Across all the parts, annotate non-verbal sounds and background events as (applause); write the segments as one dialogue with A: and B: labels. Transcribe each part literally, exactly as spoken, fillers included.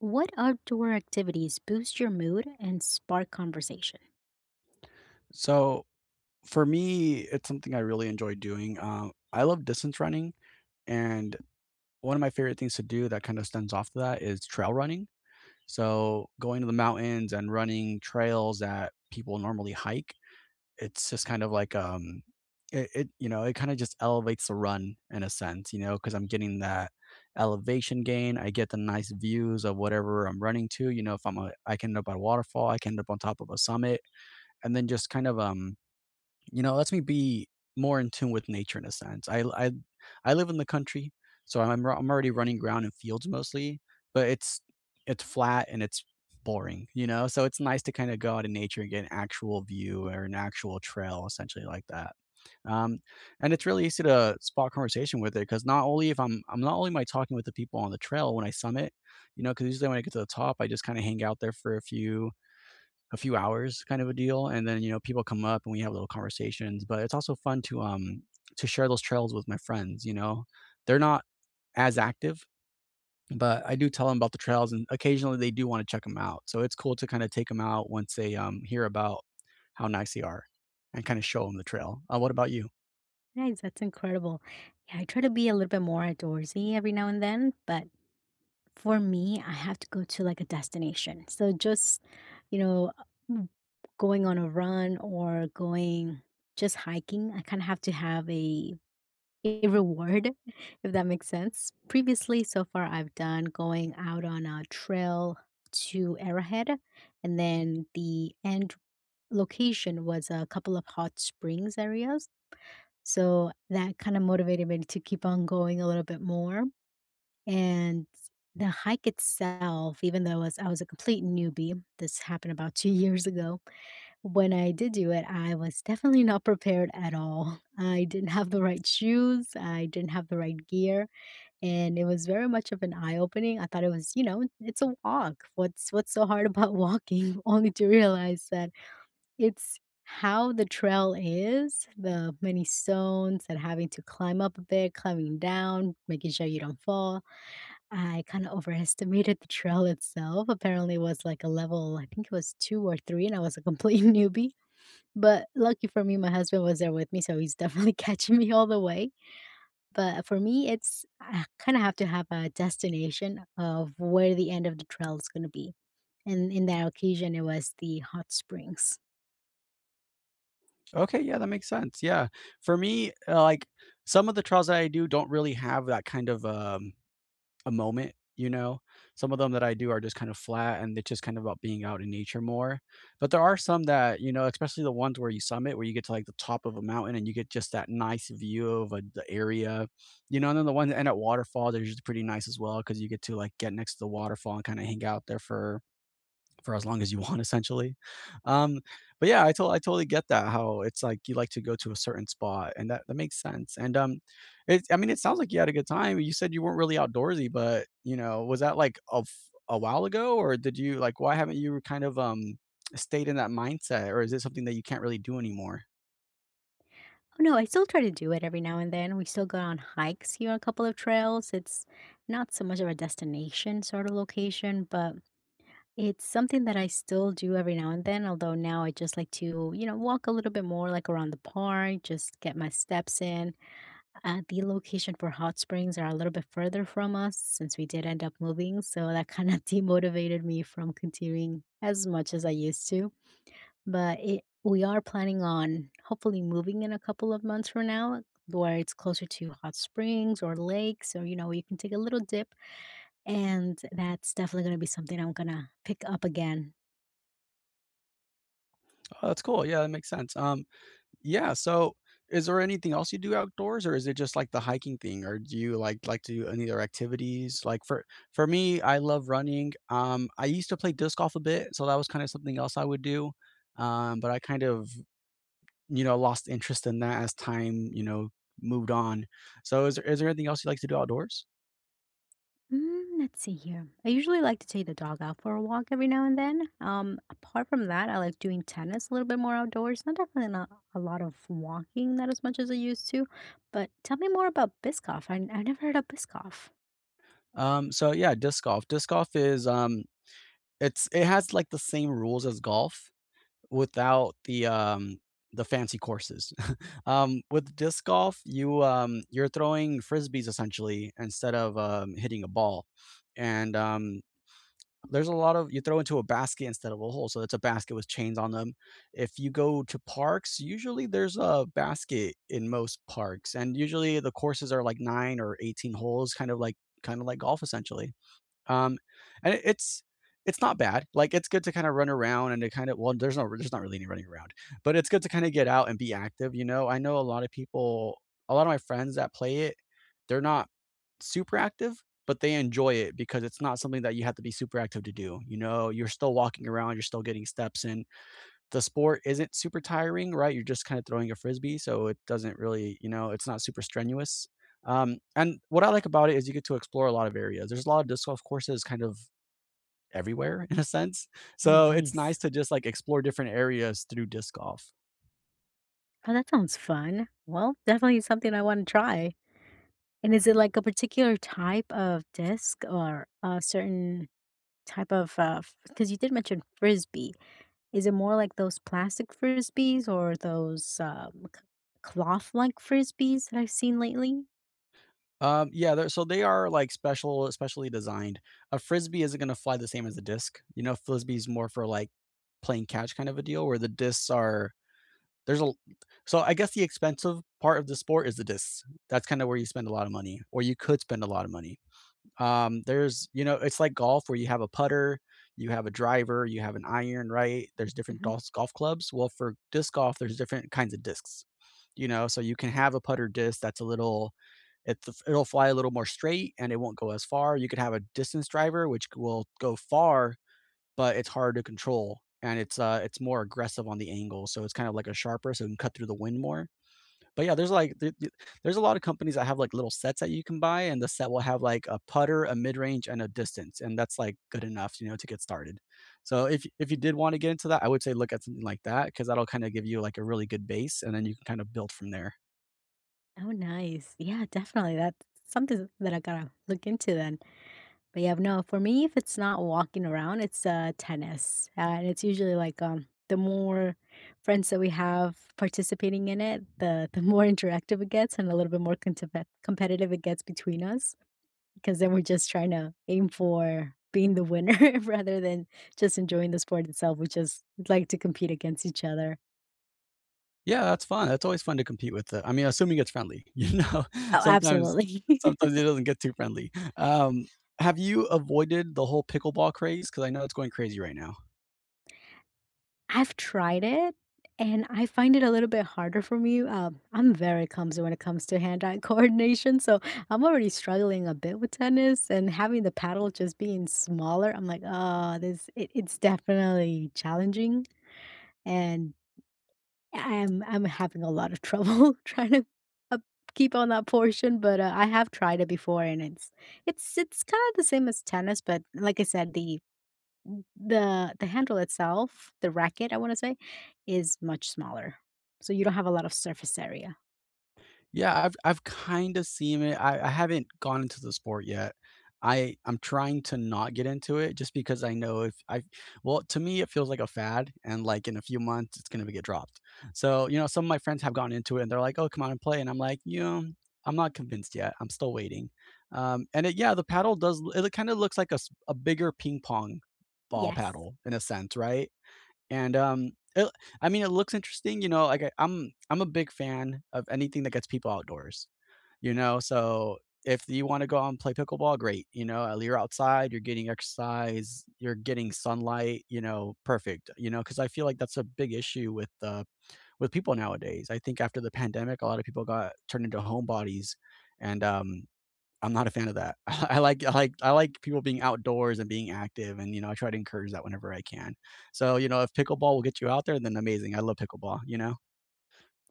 A: What outdoor activities boost your mood and spark conversation?
B: So for me, it's something I really enjoy doing. Um, I love distance running, and one of my favorite things to do that kind of stands off to that is trail running. So going to the mountains and running trails that people normally hike, it's just kind of like um, it, it you know it kind of just elevates the run in a sense, you know, because I'm getting that elevation gain. I get the nice views of whatever I'm running to. You know, if I'm a, I can end up at a waterfall, I can end up on top of a summit, and then just kind of um you know, it lets me be more in tune with nature in a sense. I l- I I live in the country, so I'm r- I'm already running around in fields mostly, but it's it's flat and it's boring, you know? So it's nice to kind of go out in nature and get an actual view or an actual trail essentially like that. Um, and it's really easy to spot conversation with it because not only if I'm I'm not only am I talking with the people on the trail when I summit, you know, because usually when I get to the top, I just kind of hang out there for a few a few hours kind of a deal, and then you know people come up and we have little conversations, but it's also fun to um to share those trails with my friends, you know, they're not as active, but I do tell them about the trails, and occasionally they do want to check them out, so it's cool to kind of take them out once they um hear about how nice they are and kind of show them the trail uh, What about you?
A: Guys, that's incredible. Yeah, I try to be a little bit more outdoorsy every now and then, but for me, I have to go to like a destination. So just, you know, m- going on a run or going just hiking, I kind of have to have a a reward, (laughs) if that makes sense. Previously, so far, I've done going out on a trail to Arrowhead, and then the end location was a couple of hot springs areas. So that kind of motivated me to keep on going a little bit more. And the hike itself, even though I was, I was a complete newbie, this happened about two (laughs) years ago. When I did do it, I was definitely not prepared at all. I didn't have the right shoes, I didn't have the right gear, and it was very much of an eye opening. I thought it was, you know, it's a walk. What's what's so hard about walking? (laughs) Only to realize that it's how the trail is, the many stones and having to climb up a bit, climbing down, making sure you don't fall. I kinda overestimated the trail itself. Apparently, it was like a level, I think it was two or three, and I was a complete (laughs) newbie. But lucky for me, my husband was there with me, so he's definitely (laughs) catching me all the way. But for me, it's I kinda have to have a destination of where the end of the trail is gonna be. And in that occasion, it was the hot springs.
B: Okay, yeah, that makes sense. Yeah, for me, uh, like some of the trails that I do don't really have that kind of um a moment, you know? Some of them that I do are just kind of flat and it's just kind of about being out in nature more. But there are some that, you know, especially the ones where you summit, where you get to like the top of a mountain and you get just that nice view of a, the area, you know, and then the ones that end at waterfall, they're usually pretty nice as well because you get to like get next to the waterfall and kind of hang out there for for as long as you want essentially. um but yeah, i told I totally get that, how it's like you like to go to a certain spot, and that that makes sense. And um it, I mean, it sounds like you had a good time. You said you weren't really outdoorsy, but you know, was that like a, f- a while ago, or did you like why haven't you kind of um stayed in that mindset, or is it something that you can't really do anymore?
A: Oh, no, I still try to do it every now and then. We still go on hikes here, a couple of trails. It's not so much of a destination sort of location, but it's something that I still do every now and then. Although now I just like to, you know, walk a little bit more like around the park, just get my steps in. Uh, the location for hot springs are a little bit further from us since we did end up moving. So that kind of (laughs) demotivated me from continuing as much as I used to, but it we are planning on hopefully moving in a couple of months from now, where it's closer to hot springs or lakes, or you know, you can take a little dip. And that's definitely going to be something I'm going to pick up again.
B: Oh, that's cool. Yeah, that makes sense. um Yeah, so is there anything else you do outdoors, or is it just like the hiking thing, or do you like like to do any other activities? Like for for me, I love running. Um, I used to play disc golf a bit, so that was kind of something else I would do. Um, but I kind of, you know, lost interest in that as time, you know, moved on. So is there is there anything else you like to do outdoors?
A: mm, let's see here. I usually like to take the dog out for a walk every now and then. Um apart from that, I like doing tennis a little bit more outdoors. Not definitely not a lot of walking, not as much as I used to. But tell me more about biscoff. i, I never heard of biscoff.
B: Um, so yeah, disc golf. Disc golf is um it's it has like the same rules as golf, without the, um the fancy courses. (laughs) Um, with disc golf, you, um you're throwing frisbees essentially instead of, um, hitting a ball, and, um, there's a lot of you throw into a basket instead of a hole, so it's a basket with chains on them. If you go to parks, usually there's a basket in most parks, and usually the courses are like nine or eighteen holes, kind of like kind of like golf essentially. Um, and it it's it's not bad. Like, it's good to kinda run around and to kinda well, there's no there's not really any running around, but it's good to kinda get out and be active, you know? I know a lot of people, a lot of my friends that play it, they're not super active, but they enjoy it because it's not something that you have to be super active to do, you know? You're still walking around, you're still getting steps in. The sport isn't super tiring, right? You're just kind of throwing a frisbee, so it doesn't really, you know, it's not super strenuous. Um, and what I like about it is you get to explore a lot of areas. There's a lot of disc golf courses kind of everywhere (laughs) in a sense.
A: Oh,
B: So it's nice
A: nice.
B: to just like explore different areas through disc golf.
A: Oh, that sounds fun. Well, definitely something I want to try. And is it like a particular type of disc or a certain type of uh because you did mention frisbee. Is it more like those plastic frisbees or those um, cloth-like frisbees that I've seen lately?
B: Um, yeah, they're so they are like special specially designed. A Frisbee isn't gonna fly the same as a disc. You know, Frisbee's more for like playing catch kind of a deal, where the discs are there's a so I guess the expensive part of the sport is the discs. That's kind of where you spend a lot of money, or you could spend a lot of money. Um, there's, you know, it's like golf where you have a putter, you have a driver, you have an iron, right? There's different
A: Hmm.
B: golf golf clubs. Well, for disc golf, there's different kinds of discs. You know, so you can have a putter disc that's a little it's it'll fly a little more straight and it won't go as far. You could have a distance driver which will go far, but it's hard to control and it's uh it's more aggressive on the angle, so it's kind of like a sharper, so it can cut through the wind more. But yeah, there's like there th there's a lot of companies that have like little sets that you can buy, and the set will have like a putter, a mid-range, and a distance, and that's like good enough, you know, to get started. So if if you did want to get into that, I would say look at something like that because that 'cause that'll kinda give you like a really good base, and then you can kind of build from there.
A: Oh, nice. Yeah, definitely. That's something that I gotta look into then. But yeah, no, for me, if it's not walking around, it's uh, tennis. Uh, and it's usually like um, the more friends that we have participating in it, the the (laughs) more interactive it gets and a little bit more contip- competitive it gets between us, because then we're just trying to aim for being the winner (laughs) rather than just enjoying the sport itself. We just like to compete against each other.
B: Yeah, that's fun. That's always fun to compete with, uh, I mean, assuming it's friendly, (laughs) you know? (laughs)
A: Oh,
B: Sometimes
A: absolutely. (laughs)
B: Sometimes it doesn't get too friendly. Um, have you avoided the whole pickleball craze? Because I know it's going crazy right now.
A: I've tried it, and I find it a little bit harder for me. Um, I'm very clumsy when it comes to hand-eye (laughs) coordination, so I'm already struggling a bit with tennis, and having the paddle just being smaller, I'm like, "Oh, this it it's definitely challenging," and I'm I'm having a lot of trouble (laughs) trying to up keep on that portion. But, uh, I have tried it before, and it's it's it's kinda the same as tennis, but like I said, the the the handle itself, the racket, I wanna say, is much smaller, so you don't have a lot of surface area.
B: Yeah, I've I've kinda seen it. I I haven't gone into the sport yet. I I'm trying to not get into it just because I know if I well, to me, it feels like a fad, and, like, in a few months, it's gonna get dropped. So, you know, some of my friends have gone into it, and they're like, "Oh, come on and play," and I'm like, "You know, I'm not convinced yet. I'm still waiting." Um, and it yeah, the paddle does it kinda looks like a s a bigger ping pong ball
A: Yes.
B: paddle in a sense, right? And, um, it I mean, it looks interesting, you know, like, I I'm I'm a big fan of anything that gets people outdoors, you know? So, if you wanna go out and play pickleball, great, you know, uh, you're outside, you're getting exercise, you're getting sunlight, you know, perfect, you know. Because I feel like that's a big issue with, uh, with people nowadays. I think after the pandemic, a lot of people got turned into homebodies and, um, I'm not a fan of that. (laughs) I like I like I like people being outdoors and being active, and, you know, I try to encourage that whenever I can. So, you know, if pickleball will get you out there, then amazing. I love pickleball, you know?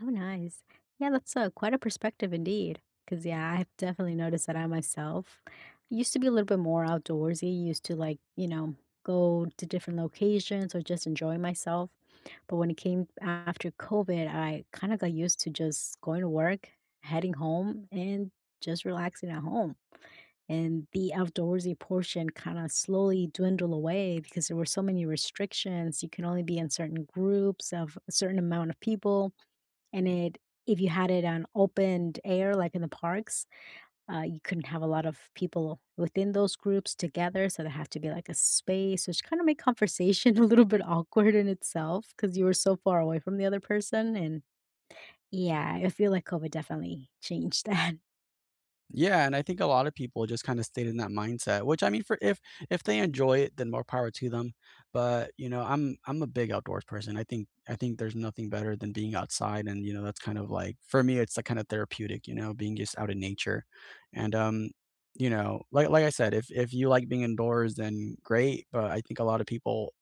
A: Oh, nice. Yeah, that's, uh, quite a perspective indeed. Because yeah, I've definitely noticed that I myself used to be a little bit more outdoorsy, used to, like, you know, go to different locations or just enjoy myself, but when it came after COVID, I kinda got used to just going to work, heading home, and just relaxing at home. And the outdoorsy portion kind of slowly dwindle away because there were so many restrictions. You can only be in certain groups of a certain amount of people, and it if you had it on opened air like in the parks, uh, you couldn't have a lot of people within those groups together, so there had to be like a space, which kind of made conversation (laughs) a little bit awkward in itself because you were so far away from the other person. And yeah, I feel like COVID definitely changed (laughs) that.
B: Yeah, and I think a lot of people just kinda stayed in that mindset, which I mean, for if if they enjoy it, then more power to them, but, you know, I'm I'm a big outdoors person. I think I think there's nothing better than being outside and, you know, that's kind of like for me, it's, like, kinda therapeutic, you know, being just out in nature, and, um, you know, like like I said, if if you like being indoors, then great, but I think a lot of people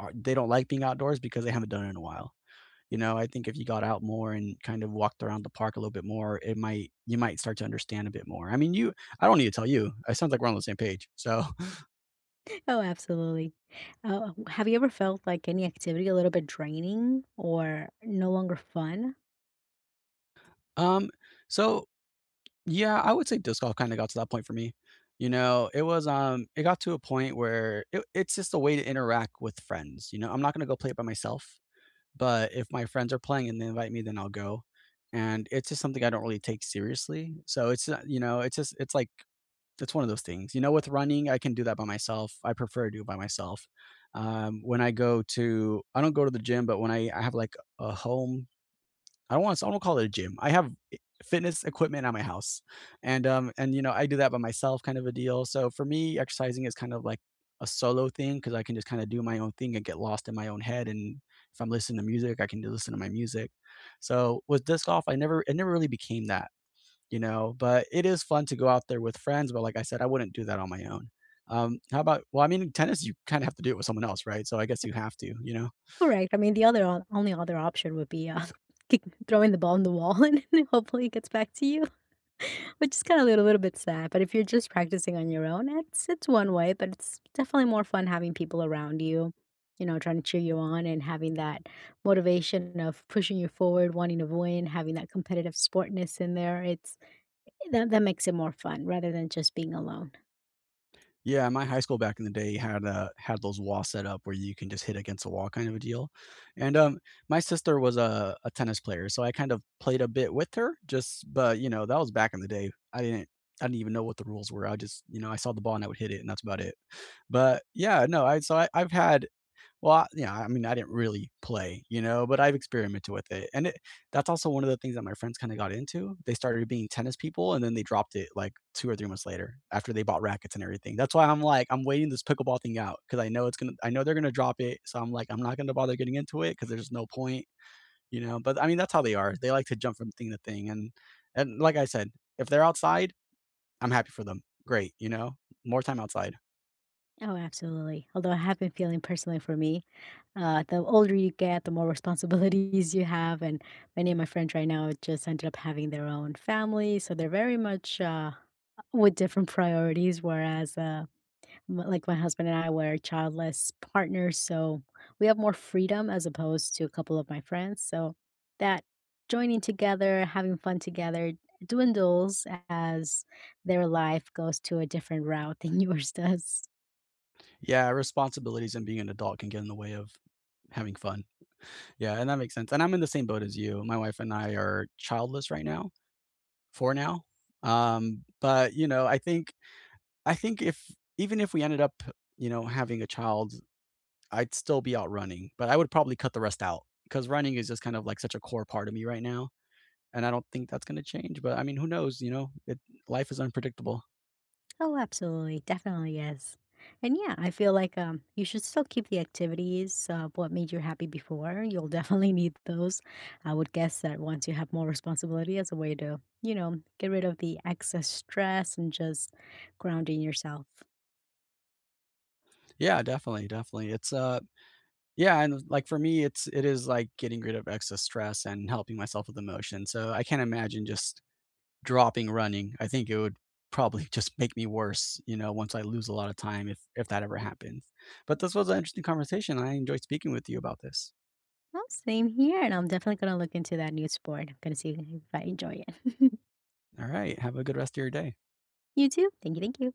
B: are they don't like being outdoors because they haven't done it in a while. You know, I think if you got out more and kind of walked around the park a little bit more, it might you might start to understand a bit more. I mean, you I don't need to tell you. It sounds like we're on the same page. So,
A: Oh, absolutely. Uh, have you ever felt like any activity a little bit draining or no longer fun?
B: (laughs) um, so yeah, I would say disc golf kind of got to that point for me. You know, it was um, it got to a point where it, it's just a way to interact with friends. You know, I'm not gonna go play it by myself, but if my friends are playing and they invite me, then I'll go. And it's just something I don't really take seriously. So it's not you know, it's just it's like that's one of those things. You know, with running, I can do that by myself. I prefer to do it by myself. Um, when I go to, I don't go to the gym, but when I, I have like a home, I don't want to, I don't call it a gym. I have e, fitness equipment at my house, and um, and you know, I do that by myself, kind of a deal. So for me, exercising is kind of like a solo thing because I can just kind of do my own thing and get lost in my own head. And if I'm listening to music, I can listen to my music. So with disc golf, I never, it never really became that, you know, but it is fun to go out there with friends, but like I said, I wouldn't do that on my own. Um, how about well, I mean, in tennis, you kind of have to do it with someone else, right? So I guess you have to, you know.
A: Correct. I mean, the other o- only other option would be uh, (laughs) kick, throwing the ball in the wall (laughs) and then hopefully it gets back to you, (laughs) which is kind of a little, little bit sad. But if you're just practicing on your own, it's it's one way, but it's definitely more fun having people around you, you know, trying to cheer you on and having that motivation of pushing you forward, wanting to win, having that competitive sportness in there. It's Eh, That that makes it more fun rather than just being alone.
B: Yeah, my high school back in the day had uh had those walls set up where you can just hit against a wall kind of a deal. And um my sister was a, a tennis player, so I kind of played a bit with her, just but you know, that was back in the day. I didn't I didn't even know what the rules were. I just, you know, I saw the ball and I would hit it and that's about it. But yeah, no, I so I, I've had well, I yeah, I mean, I didn't really play, you know, but I've experimented with it, and it, that's also one of the things that my friends kinda got into. They started being tennis people, and then they dropped it, like, two or three months later after they bought rackets and everything. That's why I'm like, I'm waiting this pickleball thing out because I know it's gonna I know they're gonna drop it, so I'm like, I'm not gonna bother getting into it because there's no point, you know, but, I mean, that's how they are. They like to jump from thing to thing, and and like I said, if they're outside, I'm happy for them. Great, you know? More time outside.
A: Oh, absolutely. Although I have been feeling personally for me, uh, the older you get, the more (laughs) responsibilities you have, and many of my friends right now just ended up having their own family, so they're very much uh, with different (laughs) priorities. Whereas uh, M like, my husband and I were childless partners, so we have more freedom as opposed to a couple of my friends, so that joining together, having fun together dwindles as their life goes to a different route than (laughs) yours does.
B: Yeah, responsibilities and being an adult can get in the way of having fun. Yeah, and that makes sense, and I'm in the same boat as you. My wife and I are childless right now, for now. Um, but, you know, I think I think if even if we ended up, you know, having a child, I'd still be out running, but I would probably cut the rest out because running is just kind of like such a core part of me right now, and I don't think that's gonna change, but I mean, who knows, you know? It Life is unpredictable.
A: Oh, absolutely. Definitely is. And yeah, I feel like um, you should still keep the activities of what made you happy before. You'll (laughs) definitely need those. I would guess that once you have more responsibility as a way to, you know, get rid of the excess stress and just grounding yourself.
B: Yeah, definitely, definitely. It's, uh yeah, and, like, for me, it's it is like getting rid of excess stress and helping myself with emotion, so I can't imagine just dropping running. I think it would probably (laughs) just make me worse, you know, once I lose a lot of time if if that ever happens. But this was an interesting conversation. I enjoyed speaking with you about this.
A: Well, same here. And I'm definitely going to look into that new sport. I'm going to see if I enjoy it. (laughs)
B: All right. Have a good rest of your day.
A: You too. Thank you. Thank you.